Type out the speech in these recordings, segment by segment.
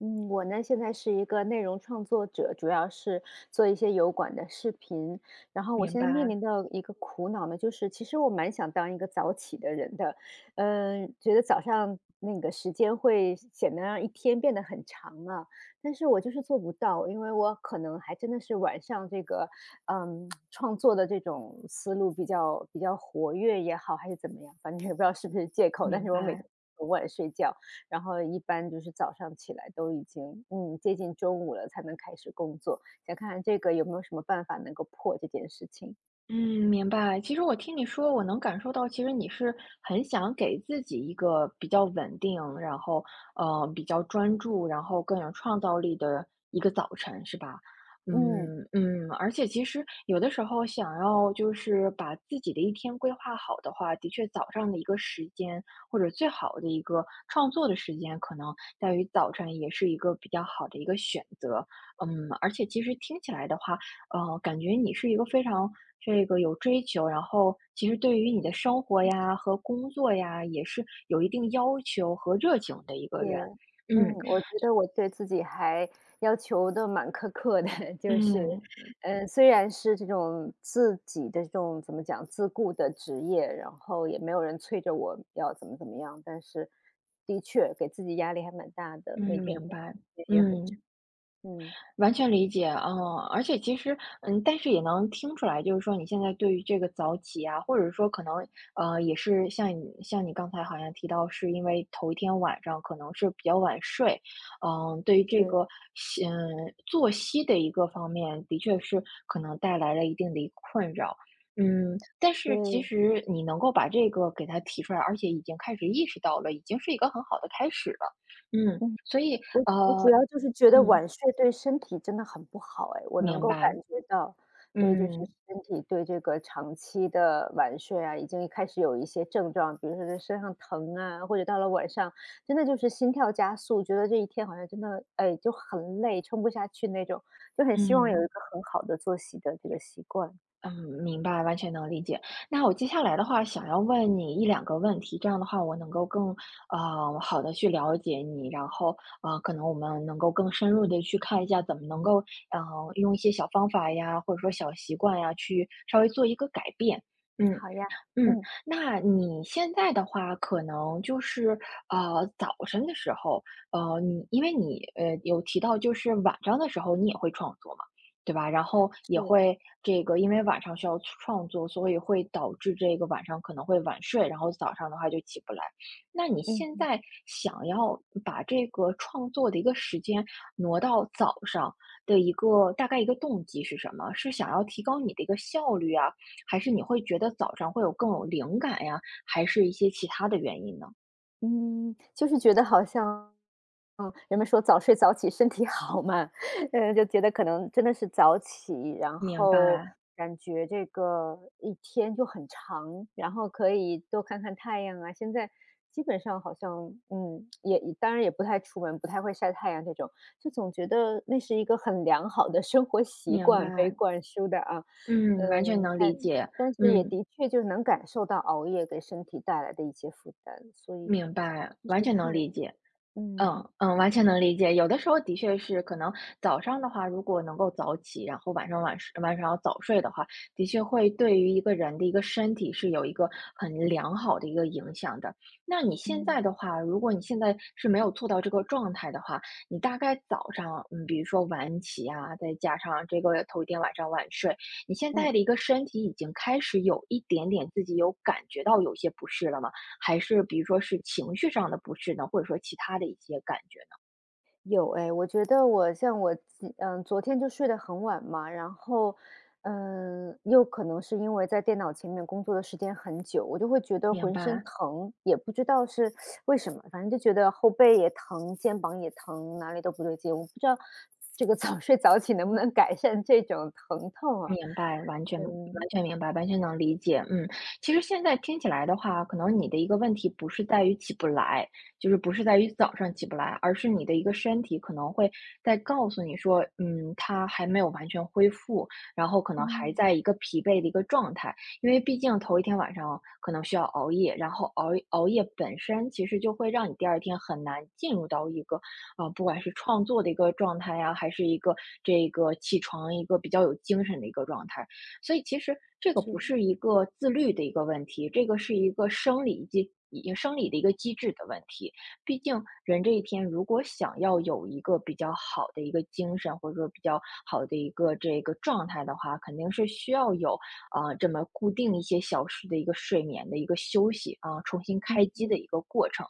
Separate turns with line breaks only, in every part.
嗯，我呢现在是一个内容创作者，主要是做一些油管的视频。然后我
明
现在面
白，
临的一个苦恼呢，就是其实我蛮想当一个早起的人的，觉得早上那个时间会显得让一天变得很长啊，但是我就是做不到，因为我可能还真的是晚上这个，创作的这种思路比较活跃也好，还是怎么样，反正也不知道是不是借口，但
明
是我每天，
白，
很晚睡觉，然后一般就是早上起来都已经接近中午了才能开始工作，想看看这个有没有什么办法能够破这件事情。
嗯，明白。其实我听你说，我能感受到，其实你是很想给自己一个比较稳定，然后比较专注，然后更有创造力的一个早晨，是吧？
嗯，
嗯嗯，而且其实有的时候想要就是把自己的一天规划好的话，的确早上的一个时间或者最好的一个创作的时间，可能在于早晨也是一个比较好的一个选择。嗯，而且其实听起来的话。感觉你是一个非常这个有追求，然后其实对于你的生活呀和工作呀也是有一定要求和热情的一个
也，
人。
嗯，
嗯
我觉得我对自己还要求的蛮苛刻的，就是，
嗯
虽然是这种自己的这种怎么讲自雇的职业，然后也没有人催着我要怎么怎么样，但是的确给自己压力还蛮大的，
嗯，
每天工
明
作时
白，
间也很长。
嗯。
嗯，
完全理解，嗯，而且其实，嗯，但是也能听出来，就是说你现在对于这个早起啊，或者说可能，也是像你刚才好像提到，是因为头一天晚上可能是比较晚睡，嗯，对于这
是，
个，作息的一个方面，的确是可能带来了一定的一个困扰，嗯，但是其
对，
实你能够把这个给它提出来，而且已经开始意识到了，已经是一个很好的开始了，嗯，
嗯。
所以，
我
呃，
主要就是觉得
嗯，
晚睡对身体真的很不好哎，我能
明
够
白。
感觉到，对，就是
嗯
身体对这个长期的晚睡啊，已经开始有一些症状，比如说这身上疼啊，或者到了晚上，真的就是心跳加速，觉得这一天好像真的，哎，就很累，撑不下去那种，就很希望有
嗯
一个很好的作息的这个习惯。
嗯，明白，完全能理解。那我接下来的话，想要问你一两个问题，这样的话，我能够更好的去了解你，然后可能我们能够更深入的去看一下，怎么能够呃用一些小方法呀，或者说小习惯呀，去稍微做一个改变。嗯，
好呀，
嗯，
嗯，
那你现在的话，可能就是，早晨的时候，因为你，有提到就是晚上的时候你也会创作嘛，对吧？然后也
是，
会这个，因为晚上需要创作，所以会导致这个晚上可能会晚睡，然后早上的话就起不来。那你现
嗯。
在想要把这个创作的一个时间挪到早上的一个大概一个动机是什么？是想要提高你的一个效率啊？还是你会觉得早上会有更有灵感呀，还是一些其他的原因呢？
嗯，就是觉得好像，人们说早睡早起身体好嘛，就觉得可能真的是早起，然
明
后
白，
感觉这个一天就很长，然后可以多看看太阳啊。现在基本上好像，也当然也不太出门，不太会晒太阳这种，就总觉得那是一个很良好的生活习
明
惯被
白，
灌输的啊。
嗯，完全
嗯，
能
但
理解，
但是也
嗯，
的确就能感受到熬夜给身体带来的一些负担，所以
明白，
试试
完全
看，
能理解。
嗯。
嗯嗯，完全能理解。有的时候的确是可能早上的话，如果能够早起，然后晚上要早睡的话，的确会对于一个人的一个身体是有一个很良好的一个影响的。那你现在
嗯
的话，如果你现在是没有做到这个状态的话，你大概早上，嗯，比如说晚起啊，再加上这个头一天晚上晚睡，你现在
嗯，
的一个身体已经开始有一点点自己有感觉到有些不适了吗？还是比如说是情绪上的不适呢，或者说其他的一些感觉呢？
有哎，我觉得我像我今嗯，昨天就睡得很晚嘛，然后，又可能是因为在电脑前面工作的时间很久，我就会觉得
明
浑身
白，
疼，也不知道是为什么，反正就觉得后背也疼，肩膀也疼，哪里都不对劲。我不知道这个 早睡早起能不能改善这种疼痛啊？
明白，完全完
嗯
全明白，完全能理解。嗯，其实现在听起来的话，可能你的一个问题不是在于起不来，就是不是在于早上起不来，而是你的一个身体可能会在告诉你说，嗯，它还没有完全恢复，然后可能还
嗯，
在一个疲惫的一个状态，因为毕竟头一天晚上可能需要熬夜，然后熬夜本身其实就会让你第二天很难进入到一个啊、不管是创作的一个状态呀、还是一个这个起床一个比较有精神的一个状态。所以其实这个不
是，
是一个自律的一个问题，这个是一个生理的一个机制的问题。毕竟人这一天如果想要有一个比较好的一个精神，或者说比较好的一个这个状态的话，肯定是需要有啊、这么固定一些小时的一个睡眠的一个休息啊、重新开
嗯
机的
嗯
一个过程。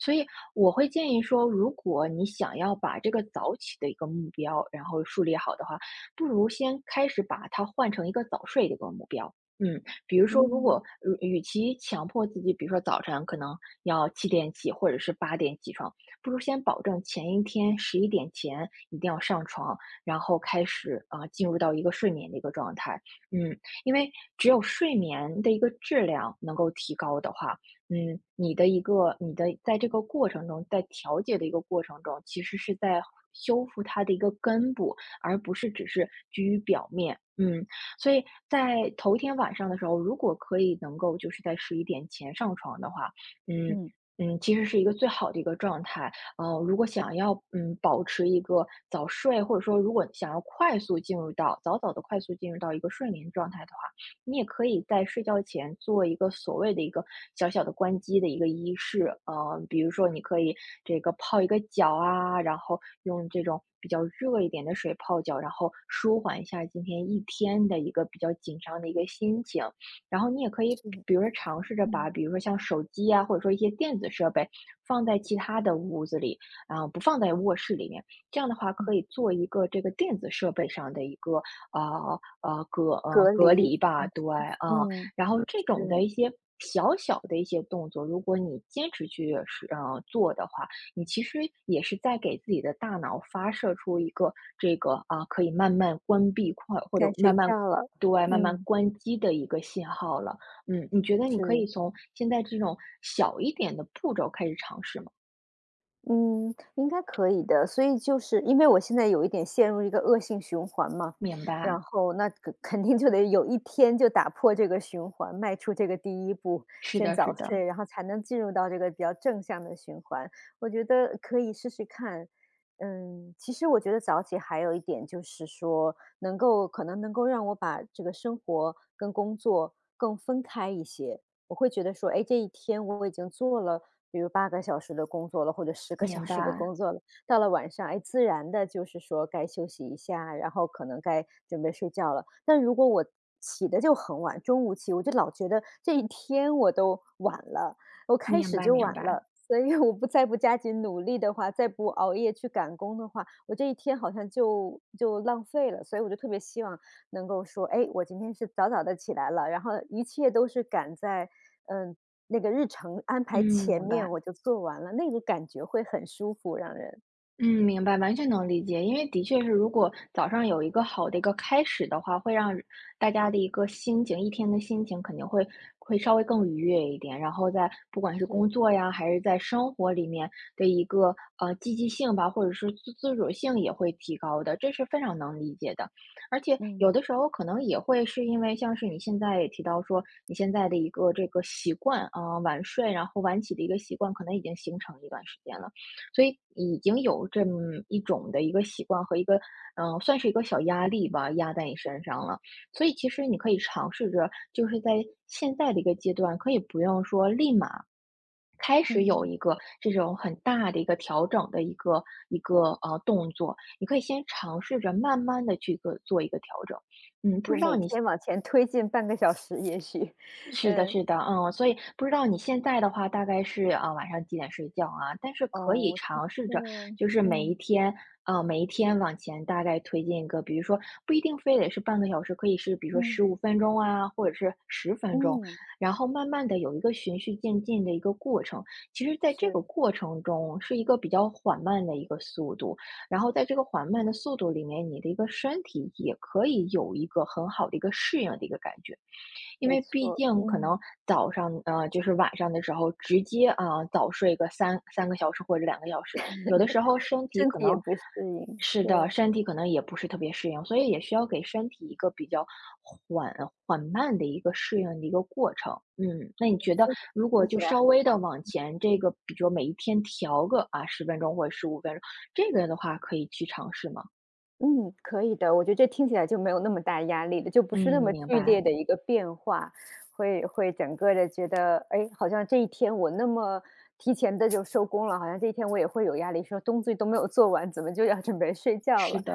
所以我会建议说，如果你想要把这个早起的一个目标，然后树立好的话，不如先开始把它换成一个早睡的一个目标。嗯，比如说，如
嗯
果如与其强迫自己，比如说早晨可能要7点起，或者是8点起床，不如先保证前一天十一点前一定要上床，然后开始啊、进入到一个睡眠的一个状态。嗯，因为只有睡眠的一个质量能够提高的话，嗯，你的在这个过程中，在调节的一个过程中，其实是在修复它的一个根部，而不是只是居于表面。嗯，所以在头一天晚上的时候，如果可以能够就是在十一点前上床的话，嗯
嗯，
嗯，其实是一个最好的一个状态。如果想要保持一个早睡，或者说如果想要快速进入到一个睡眠状态的话，你也可以在睡觉前做一个所谓的一个小小的关机的一个仪式，比如说你可以这个泡一个脚啊，然后用这种比较热一点的水泡脚，然后舒缓一下今天一天的一个比较紧张的一个心情。然后你也可以，
是，
比如说尝试着把，
嗯
比如说像手机啊，或者说一些电子设备放在其他的屋子里，啊、不放在卧室里面。这样的话，可
嗯。
以做一个这个电子设备上的一个啊
隔
隔离
离，
吧，
嗯。
对，啊，
嗯，
然后这种的一
是，
些小小的一些动作，如果你坚持去做的话，你其实也是在给自己的大脑发射出一个这个啊、可以慢慢关闭快或者
该睡
慢
觉
慢
了，
对，慢慢
嗯，
关机的一个信号了。嗯，你觉得你
是。
可以从现在这种小一点的步骤开始尝试吗？
嗯，应该可以的。所以就是因为我现在有一点陷入一个恶性循环嘛，
明白，
然后那肯定就得有一天就打破这个循环，迈出这个第一步，
是
先
的，是
早
的，
睡，然后才能进入到这个比较正向的循环。我觉得可以试试看。其实我觉得早起还有一点就是说，能够可能能够让我把这个生活跟工作更分开一些。我会觉得说，哎，这一天我已经做了比如8个小时的工作了，或者十个小
明
时的
白，
工作了，到了晚上，哎，自然的就是说该休息一下，然后可能该准备睡觉了。但如果我起得就很晚，中午起，我就老觉得这一天我都晚了，我开
明
始
白，
就
明
晚
白，
了。所以我不再不加紧努力的话，再不熬夜去赶工的话，我这一天好像就浪费了。所以我就特别希望能够说，哎，我今天是早早的起来了，然后一切都是赶在，嗯，那个日程安
嗯，
排前
明
面
白。
我就做完了，那个感觉会很舒服，让人。
嗯，明白，完全能理解。因为的确是，如果早上有一个好的一个开始的话，会让大家的一个心情，一天的心情肯定会稍微更愉悦一点。然后在不管是工
是，
作呀，还是在生活里面的一个积极性吧，或者是自主性也会提高的，这是非常能理解的。而且有
嗯。
的时候可能也会是因为，像是你现在也提到说，你现在的一个这个习惯啊，晚睡然后晚起的一个习惯，可能已经形成一段时间了。所以已经有这么一种的一个习惯和一个，算是一个小压力吧，压在你身上了。所以其实你可以尝试着，就是在现在的一个阶段，可以不用说立马开始有
嗯。
一个这种很大的一个调整的一个动作，你可以先尝试着慢慢的去做做一个调整。嗯，不
就
知道
每
你
天往前推进半个小时也许，
是的，
嗯。
是的，嗯，所以不知道你现在的话，大概是啊、晚上几点睡觉啊？但是
哦，
可以
我
尝试着，
错了，
就是每一
嗯。
天，呃，每一天往前大概推进一个，比如说不一定非得是半个小时，可以是比如说十
嗯，
五分钟啊，或者是十分钟，
嗯。
然后慢慢的有一个循序渐进的一个过程。其实，在这
是，
个过程中是一个比较缓慢的一个速度，然后在这个缓慢的速度里面，你的一个身体也可以有一个很好的一个适应的一个感觉。因
没
为毕
错，
竟可
嗯。
能早上就是晚上的时候直接啊，早睡个三个小时或者2个小时，有的时候身体
身
可
体也
能
不适应，
是的，
对，
身体可能也不是特别适应，所以也需要给身体一个比较缓缓慢的一个适应的一个过程。嗯，那你觉得
这个
如果
听
就
起来很
稍微的
棒。
往前这个，比如说每一天调个啊十分钟或者十五分钟，这个的话可以去尝试吗？
嗯，可以的，我觉得这听起来就没有那么大压力了，就不是那
嗯，
么
明
剧
白。
烈的一个变化，会整个的觉得，哎，好像这一天我那么提前的就收工了，好像这一天我也会有压力，说东西都没有做完，怎么就要准备睡觉
是
了？
的，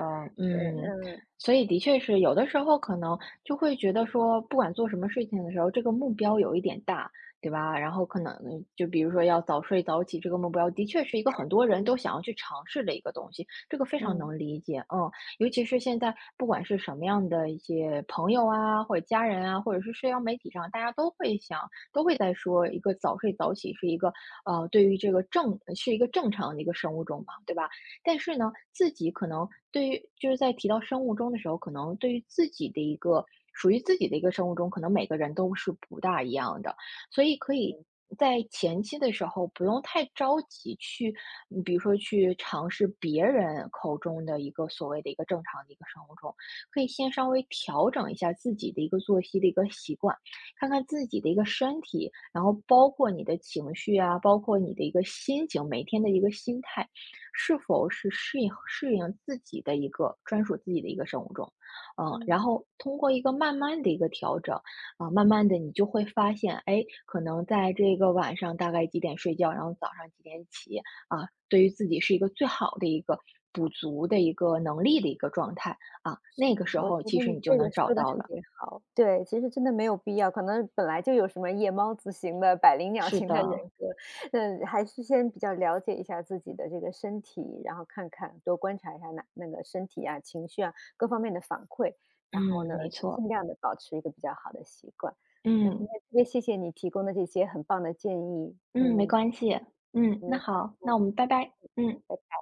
对，
嗯，
嗯，
所以的确是有的时候可能就会觉得说，不管做什么事情的时候，这个目标有一点大，对吧？然后可能就比如说要早睡早起这个目标，的确是一个很多人都想要去尝试的一个东西，这个非常
嗯
能理解，嗯，尤其是现在不管是什么样的一些朋友啊，或者家人啊，或者是社交媒体上，大家都会想，都会在说一个早睡早起是一个对于这个正是一个正常的一个生物钟嘛，对吧？但是呢，自己可能对于就是在提到生物钟的时候，可能对于自己的一个属于自己的一个生物钟，可能每个人都是不大一样的，所以可以。在前期的时候，不用太着急去，比如说去尝试别人口中的一个所谓的一个正常的一个生物钟，可以先稍微调整一下自己的一个作息的一个习惯，看看自己的一个身体，然后包括你的情绪啊，包括你的一个心情，每天的一个心态，是否是适应自己的一个专属自己的一个生物钟，嗯，然
嗯。
后通过一个慢慢的一个调整，啊、慢慢的你就会发现，哎，可能在这个晚上大概几点睡觉，然后早上几点起，啊、对于自己是一个最好的一个补足的一个能力的一个状态啊、那个
嗯，
时
我觉
候其
得
实
你
你就
这个
能找
说的
到
特
了。
别好。对，其实真的没有必要，可能本来就有什么夜猫子型的、百灵鸟
是
型的人
的，
格，还是先比较了解一下自己的这个身体，然后看看多观察一下那个身体啊、情绪啊各方面的反馈，
嗯，
然后呢，
没错，
尽量的保持一个比较好的习惯。那今
嗯
天特别谢谢你提供的这些很棒的建议，
嗯，没关系，嗯，
我
那
们下次
好，
再
那我们
聊。
拜拜，嗯。
拜拜。